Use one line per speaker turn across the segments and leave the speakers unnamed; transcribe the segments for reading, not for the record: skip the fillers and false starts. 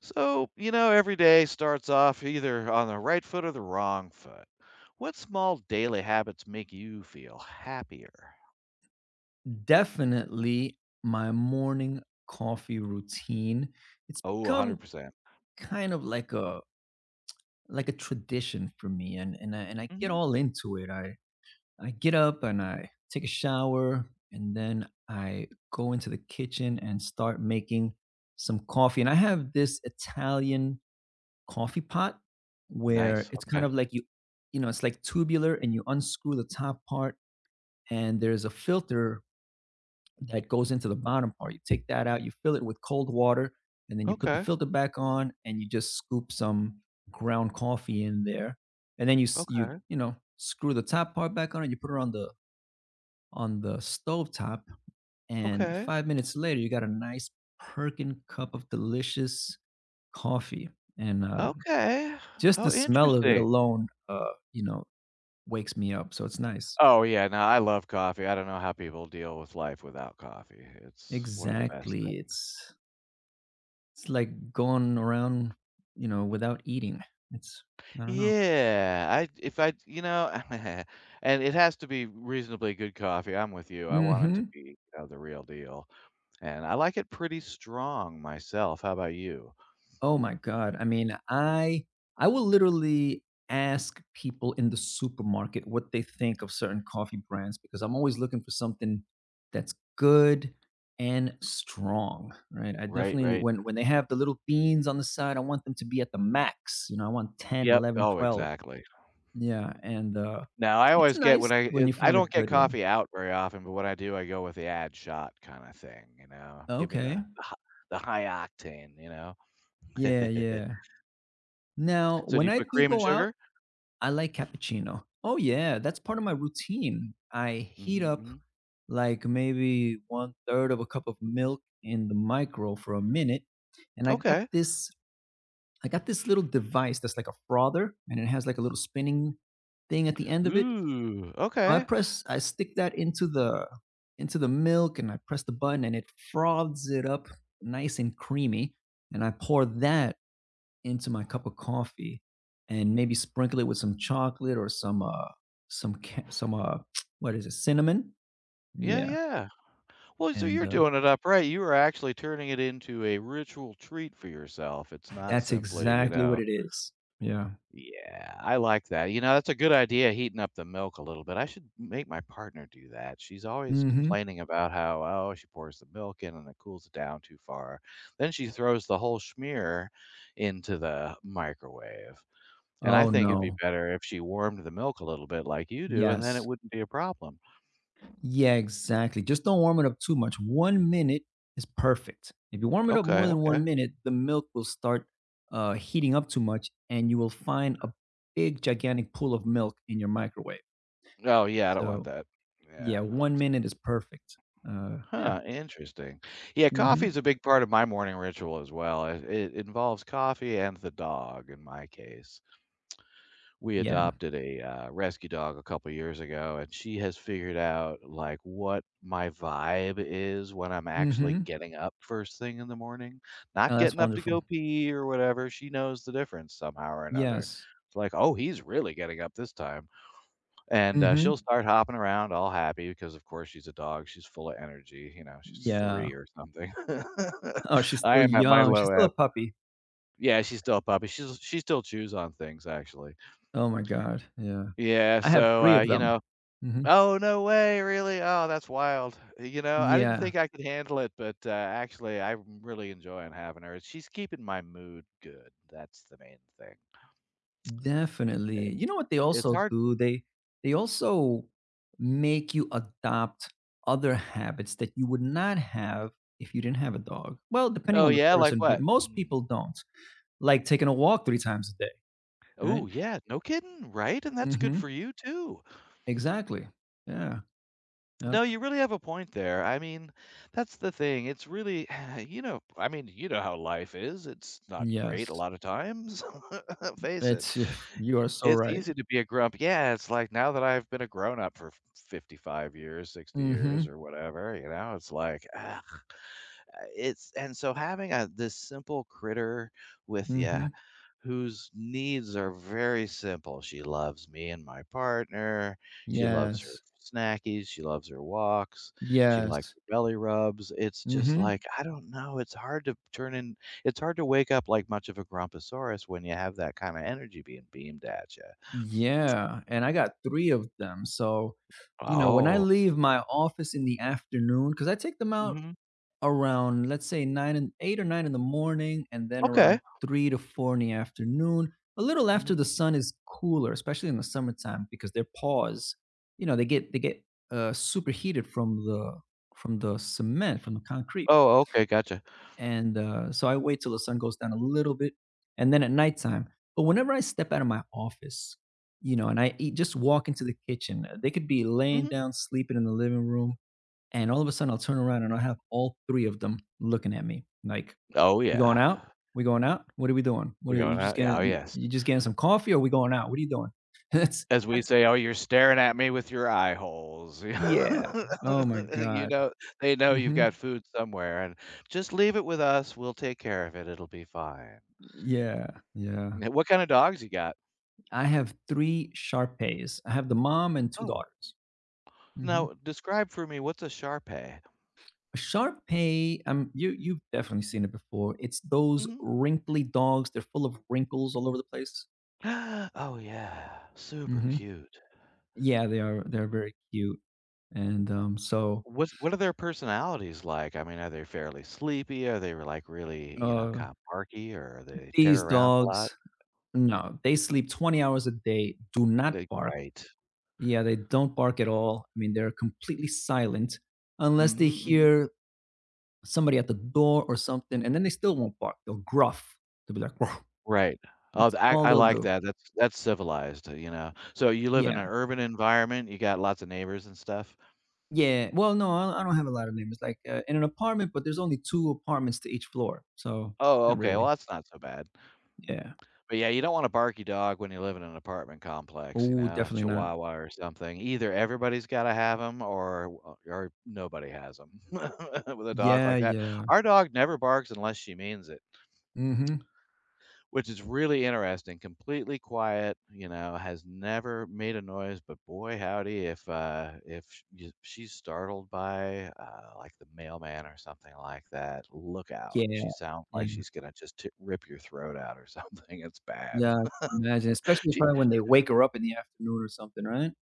So, every day starts off either on the right foot or the wrong foot. What small daily habits make you feel happier?
Definitely my morning coffee routine. It's
Oh,
become
100%.
kind of like a tradition for me and I get
Hmm.
all into it. I get up and I take a shower, and then I go into the kitchen and start making some coffee. And I have this Italian coffee pot where
Nice.
it's kind
Okay.
of like it's like tubular, and you unscrew the top part, and there's a filter that goes into the bottom part. You take that out, you fill it with cold water, and then you put the
Okay.
filter back on, and you just scoop some ground coffee in there, and then you you
Okay.
you know screw the top part back on, and you put it on the stove top, and
Okay.
5 minutes later, you got a nice perking cup of delicious coffee, and
Okay.
just
Oh,
the smell of it
interesting.
alone, you know, wakes me up. So it's nice.
Oh, yeah. No, I love coffee. I don't know how people deal with life without coffee. It's one of the best
Exactly.
things.
It's like going around, you know, without eating. It's I don't know.
Yeah, I if I you know, and it has to be reasonably good coffee. I'm with you. I want it to
Mhm.
be the real deal. And I like it pretty strong myself. How about you?
Oh my god. I mean, I will literally ask people in the supermarket what they think of certain coffee brands, because I'm always looking for something that's good and strong, right? I
Right,
definitely,
right.
when they have the little beans on the side, I want them to be at the max. You know, I want ten,
Yep.
11,
Oh,
12.
exactly.
Yeah,
Now I
it's
always get when
nice
I
when you
I
find a
don't get
good one.
coffee out very often, but when I do, I go with the ad shot kind of thing. Give me
Okay.
the high octane.
Yeah, yeah. Now,
So do
when
you
I
put
do
cream and
go out,
sugar?
I like cappuccino. Oh yeah, that's part of my routine. I heat
Mhm,
up
mhm.
like maybe one third of a cup of milk in the micro for a minute, and I got
Okay.
this. I got this little device that's like a frother, and it has like a little spinning thing at the end of it.
Ooh,
So I
okay.
press, I stick that into the milk, and I press the button, and it froths it up nice and creamy. And I pour that into my cup of coffee and maybe sprinkle it with some chocolate or some what is it, cinnamon,
Yeah,
yeah.
yeah. Well, so
and
you're doing it up right. You are actually turning it into a ritual treat for yourself. It's not
That's
simply, you
exactly
know.
what it is, yeah.
Yeah, I like that. That's a good idea, heating up the milk a little bit. I should make my partner do that. She's always
Mm-hmm.
complaining about how, oh, she pours the milk in and it cools it down too far. Then she throws the whole schmear into the microwave. And I
Oh
think it'd be
no.
better if she warmed the milk a little bit like you do, and then it
Yes.
wouldn't be a problem.
Yeah, exactly, just don't warm it up too much. 1 minute is perfect. If you warm it up
Okay,
more than
okay.
1 minute, the milk will start heating up too much, and you will find a big gigantic pool of milk in your microwave.
Oh, yeah, I don't want
So
that. Yeah.
yeah, 1 minute is perfect. Yeah.
Huh, interesting. Yeah, coffee
Mhm.
is a big part of my morning ritual as well. It involves coffee and the dog in my case. We
Yeah.
adopted a rescue dog a couple years ago, and she has figured out like what my vibe is when I'm actually
Mhm.
getting up first thing in the morning. Not
Oh, that's
getting up to
wonderful.
go pee or whatever. She knows the difference somehow or another.
Yes.
It's like, oh, he's really getting up this time. And she'll
Mhm.
start hopping around all happy because, of course, she's a dog, she's full of energy, she's
Yeah.
3 or something.
Oh, she's
I
still
am at my
young. She's
low
still
ebb.
a puppy.
Yeah, she's still a puppy, she still chews on things, actually.
Oh my god. Yeah.
Yeah,
I have
so,
3 of them. Mhm.
"Oh, no way, really? Oh, that's wild." I didn't
Yeah,
think I could handle it, but, actually, I'm really enjoying having her. She's keeping my mood good, that's the main thing.
definitely. You know what they
It's
also
hard.
do? They also make you adopt other habits that you would not have if you didn't have a dog. Well, depending
Oh,
on the
yeah, like
person, but
what?
most people don't, like taking a walk 3 times a day,
Oh
right?
yeah, no kidding, right? And that's good
Mhm.
for you too.
Exactly. Yeah. Yep.
No, you really have a point there. I mean, that's the thing. It's really, I mean, you know how life is. It's not great a
Yes.
lot of times. Face it.
It's, you are so
It's
right.
easy to be a grump. Yeah, it's like now that I've been a grown up for 55 years, 60 years,
Mhm.
or whatever, it's like, ah, It's and so having a this simple critter with you
Mhm.
whose needs are very simple. She loves me and my partner. She loves her
Yes.
snackies. She loves her walks. She likes
Yes.
her belly rubs. It's just
Mhm.
like, I don't know. It's hard to turn in, it's hard to wake up like much of a grumposaurus when you have that kind of energy being beamed at you.
Yeah, and I got 3 of them, so, you know, when I
Oh,
leave my office in the afternoon, because I take them out
hmm
around, let's say, 9 and 8 or 9 in the morning, and then
okay.
around 3 to 4 in the afternoon, a little
Hmm.
after the sun is cooler, especially in the summertime, because their paws, you know, they get superheated from the cement, from the concrete.
Oh, okay. Gotcha.
And uh, so I wait till the sun goes down a little bit, and then at nighttime. But whenever I step out of my office, you know, and I eat, just walk into the kitchen, they could be laying
Hmm.
down sleeping in the living room, and all of a sudden, I'll turn around and I'll have all 3 of them looking at me like,
Oh,
"We going
yeah.
out? We going out? What are we doing?
We
What are
going
you, just
out. Yeah,
getting
oh,
you
yes.
you just getting some coffee, or we going out? What are you doing?" That's
As we
that's
say, "Oh, you're staring at me with your eye holes."
yeah. Oh my
You
god.
know, they know you've
Mhm.
got food somewhere, and "Just leave it with us, we'll take care of it, it'll be fine."
Yeah, yeah.
N What kinda dogs you got?
I have the mom and 2
Oh,
daughters. Mhm.
now describe for me, what's a Shar Pei?
A shar, you you've definitely seen it before. It's those
Mhm.
wrinkly dogs. They're full of wrinkles all over the place.
Oh, yeah, super
Mhm.
cute.
Yeah, they're very cute, and, so,
What are their personalities like? I mean, are they fairly sleepy? Are they, like, really,
uh,
kinda barky, or they
these
tear around a lot?
dogs, no, they sleep 20 hours a day, do not
Like
bark.
right.
Yeah, they don't bark at all. I mean, they're completely silent unless they
Mhm, mhm.
hear somebody at the door or something, and then they still won't bark. They'll gruff. They'll be like, "Ruff."
Right. Oh,
That's
th
all
I
they'll
like
do.
that. That's civilized, you know? So you live in
Yeah.
an urban environment, you got lots of neighbors and stuff?
Yeah. Well, no, I don't have a lot of neighbors, like, in an apartment, but there's only 2 apartments to each floor, so
Oh,
not
okay, well,
really.
that's not so bad.
Yeah.
But, yeah, you don't want a barky dog when you live in an apartment complex,
Oh,
a
definitely not.
chihuahua or something. Either everybody's gotta have them, or nobody has them with a dog
Yeah,
like that.
yeah.
Our dog never barks unless she means it.
Mhm.
Which is really interesting, completely quiet, has never made a noise, but boy, howdy if sh y she's startled by, like, the mailman or something like that, look out.
Yeah,
She sounds
yeah,
like she's gonna just t rip your throat out or something, it's bad.
yeah, I can imagine, especially
She.
probably when they wake her up in the afternoon or something, right?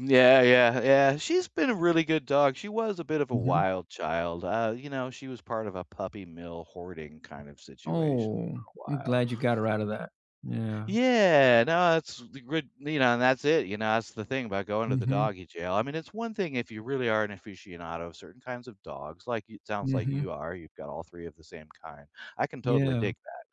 Yeah, yeah, yeah, she's been a really good dog, she was a bit of a
Mhm.
wild child, she was part of a puppy mill hoarding kind of situation
Oh,
for
I'm
a while.
glad you got her out of that. Yeah.
Yeah, no, it's the good and that's it, that's the thing about going to the
Mhm,
doggy jail. I mean, it's one thing if you really are an aficionado of certain kinds of dogs, like it sounds like
mhm.
you are, you've got all three of the same kind. I can totally
Yeah.
dig that.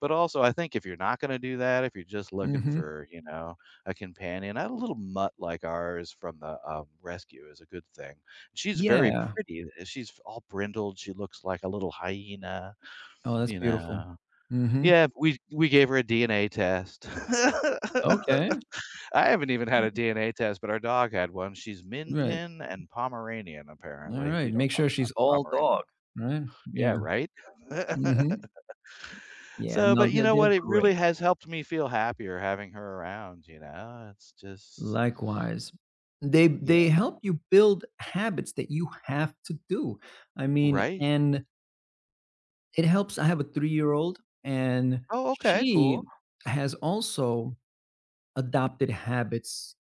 But also, I think if you're not going to do that, if you're just looking
Mhm.
for, a companion, a little mutt like ours from the rescue is a good thing. She's very
Yeah.
pretty. She's all brindled. She looks like a little hyena,
Oh, that's
you
beautiful.
know.
Mhm.
Yeah, we gave her a DNA test.
Okay,
I haven't even had a DNA test, but our dog had one. She's Min
right.
Pin and Pomeranian, apparently. We
Alright,
don't
make
talk
sure
about
she's
the
all
Pomeranian.
dog, right?
Yeah,
Yeah.
right?
Mhm. Yeah,
So,
no,
but you
they're
know
they're
what? It really
great.
has helped me feel happier having her around, you know? It's just
Likewise. They
yeah.
they help you build habits that you have to do. I mean,
Right?
and It helps. I have a three-year-old, and
Oh, okay,
she
cool.
has also adopted habits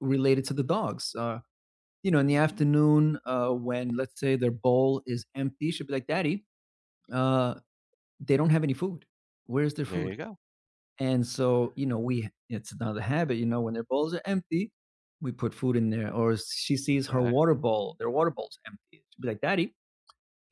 related to the dogs. You know, in the
Mhm.
afternoon, when, let's say, their bowl is empty, she'll be like, "Daddy, uh, they don't have any food. Where's their
There
food?"
you go.
And so, you know, we, it's another habit, you know, when their bowls are empty, we put food in there. Or she sees her water
Exactly.
bowl, their water bowl's empty. She'll be like, "Daddy, they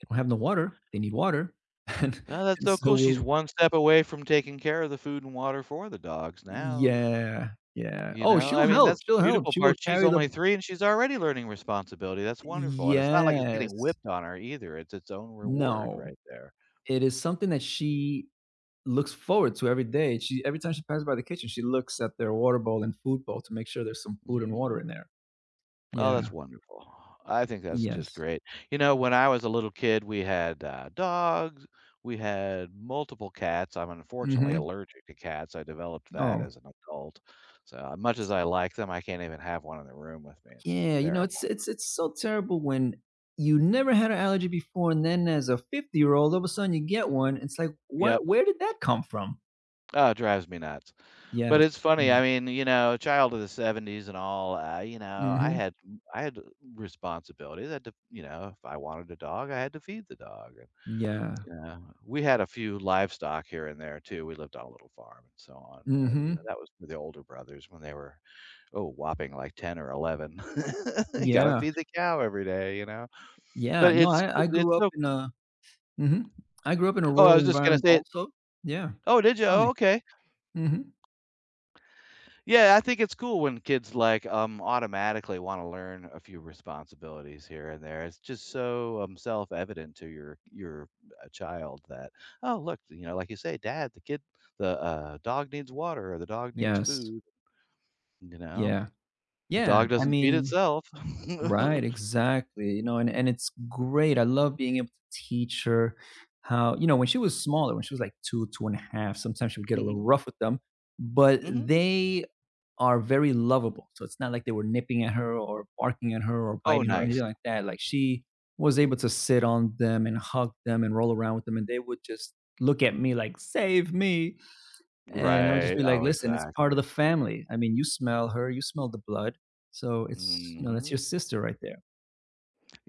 don't have no water. They need water." And
No, that's
and
so
so
cool. She's
we'll
one step away from taking care of the food and water for the dogs now.
Yeah, yeah.
You
Oh,
know, I mean, that's the
she'll help,
beautiful
she will
part. She's
carry the.
only 3 and she's already learning responsibility. That's wonderful, and it's not like it's getting
Yes.
whipped on her either. It's its own reward
No.
right there.
It is something that she looks forward to every day. She, every time she passes by the kitchen, she looks at their water bowl and food bowl to make sure there's some food and
Mhm.
water in there.
Oh,
Yeah.
that's wonderful. I think that's just
Yes.
great. When I was a little kid, we had, dogs, we had multiple cats. I'm unfortunately
Mhm.
allergic to cats. I developed that
Oh.
as an adult. So, much as I like them, I can't even have one in the room with me. It's
Yeah, you know,
terrible.
it's so terrible when you never had an allergy before, and then as a 50-year-old, all of a sudden you get one. It's like,
Yep.
what, where did that come from?
Oh, it drives me nuts. But
Yes.
it's funny, I
Mm.
mean, child of the '70s and all, I
Mhm.
had I had responsibilities, I had to if I wanted a dog, I had to feed the dog, and,
Yeah.
you know, we had a few livestock here and there too, we lived on a little farm and so on, but,
Mhm.
that was for the older brothers when they were, oh, whopping like 10 or 11. You gotta
Yeah,
feed the cow every day, you know?
yeah.
But
No,
it's
I
it's
grew up
so,
in a mhm. I grew up in a
oh, I
rural
was just gonna
environment
say.
also. Yeah.
Oh, did you?
Tell
Oh,
me.
okay.
Mhm.
Yeah, I think it's cool when kids like automatically want to learn a few responsibilities here and there. It's just so self-evident to your child that oh look, like you say, Dad, the kid, the dog needs water or the dog needs
Yes.
food. You know,
Yeah.
the
Yeah,
dog
I
doesn't feed
mean
itself.
right, exactly, you know, and it's great. I love being able to teach her how, you know, when she was smaller, when she was like 2, two and a half, sometimes she would get a
Hmm.
little rough with them, but
Hmm.
they are very lovable. So it's not like they were nipping at her or barking at her or
Oh,
biting her or
nice.
anything like that. Like she was able to sit on them and hug them and roll around with them. And they would just look at me like, save me. And I would just
Right.
be like,
Oh,
listen, it's part
exactly.
of the family. I mean, you smell her, you smell the blood. So it's, you know, that's
Hmm.
your sister right there.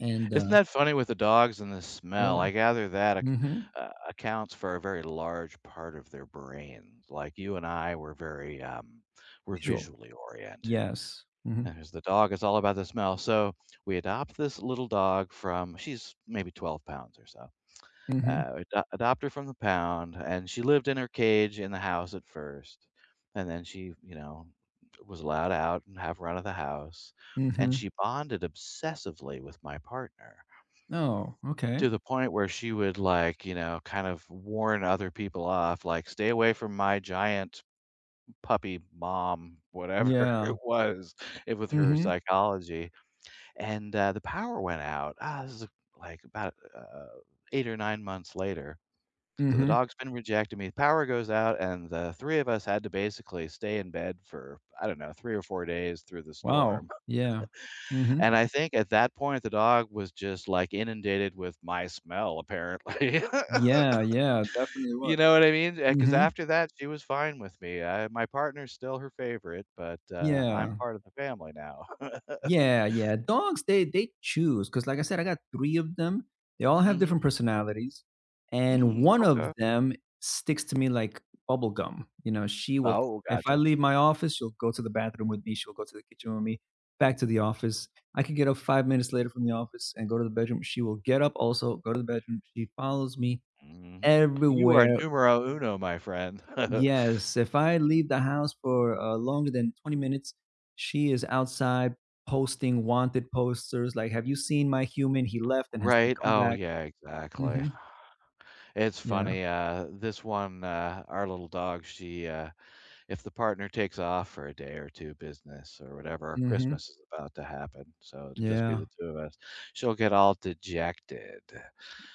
And
Isn't that funny with the dogs and the smell?
yeah.
I gather that ac
Hmm.
accounts for a very large part of their brains. Like, you and I were we're
Visual.
visually oriented,
Yes. Mm.
and as the dog it's all about the smell, so we adopt this little dog from she's maybe 12 pounds or so.
Hmm.
Adopt her from the pound, and she lived in her cage in the house at first, and then she, was allowed out and have run of the house,
Hmm.
and
Hmm.
she bonded obsessively with my partner.
Oh, okay.
To the point where she would, like, kind of warn other people off, like, "Stay away from my giant puppy mom," whatever
Yeah.
it was, it with
Mm.
her
Hmm.
psychology, and, the power went out. Ah, this is, like, about, 8 or 9 months later.
Mm.
So the
Hmm.
dog's been rejecting me, the power goes out, and the 3 of us had to basically stay in bed for, I don't know, 3 or 4 days through the storm,
Wow. Yeah. Mm. Hmm.
and I think at that point, the dog was just, like, inundated with my smell, apparently.
Yeah, yeah, definitely
You
was.
know what I mean? Because
Mhm.
after that, she was fine with me. I my partner's still her favorite, but, I'm
Yeah.
part of the family now.
Yeah, yeah. Dogs, they choose because, like I said, I got 3 of them. They all have different
Mhm.
personalities, and
Mm,
one
okay.
of them sticks to me like bubble gum. You know, she will,
Oh,
if I
gotcha.
leave my office, she'll go to the bathroom with me, she'll go to the kitchen with me, back to the office. I could get up 5 minutes later from the office and go to the bedroom. She will get up also, go to the bedroom. She follows me
Mhm. You are
everywhere.
numero uno, my friend.
Yes, if I leave the house for, longer than 20 minutes, she is outside posting wanted posters, like, "Have you seen my human? He left and has not
Right?
come
Oh,
back."
yeah, exactly.
Mhm.
It's
Yeah.
funny, this one, our little dog, she, if the partner takes off for a day or 2 business or whatever,
Mhm.
Christmas is about to happen, so it'll just be
Yeah.
the 2 of us, she'll get all dejected.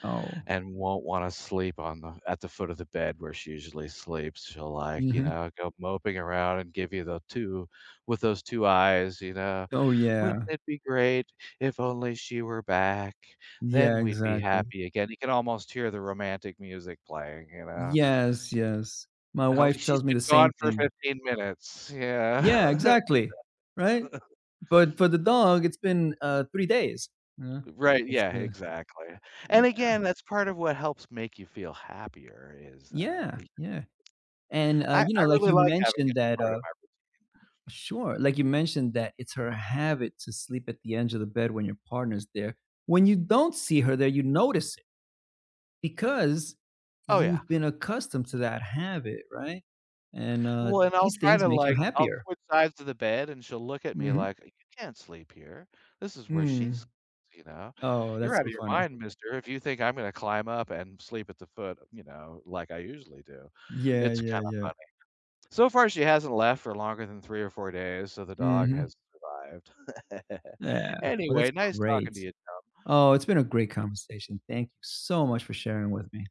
Oh.
And won't wanna sleep on the at the foot of the bed where she usually sleeps. She'll, like,
Mhm.
go moping around and give you the 2 with those 2 eyes,
Oh,
"Wouldn't
yeah.
it be great if only she were back? Then
Yeah,
we'd be
exactly.
happy again." You can almost hear the romantic music playing, you know?
Yes, yes. My
"Oh,
wife
she's
tells me
been
the
gone
same
for
thing.
15 minutes."
Yeah,
Yeah.
exactly, right? But for the dog, it's been, 3 days, you.
Right,
It's
yeah,
the.
exactly. And
Yeah.
again, that's part of what helps make you feel happier is, uh
Yeah, yeah. And,
I
you
I
know, like
really
you
like having
mentioned
it as
that,
part of my.
sure. Like you mentioned that it's her habit to sleep at the edge of the bed when your partner's there. When you don't see her there, you notice it because
Oh, yeah.
you've been accustomed to that habit, right? And
Well, and I'll
these
try
things
to,
make you
like I'll
happier.
switch sides of the bed, and she'll look at me
Hmm.
like, "You can't sleep here. This is where she sleeps,
Mm.
you know?
Oh,
You're
that's
out of
so
your
funny.
mind, mister, if you think I'm gonna climb up and sleep at the foot, like I usually do."
Yeah,
It's
yeah,
kinda
yeah.
so far, she hasn't left for longer than 3 or 4 days, so the dog
Hmm.
has survived.
Yeah. Well,
Anyway,
that's
nice talking to
great.
you.
Oh, it's been a great conversation. Thank you so much for sharing with me.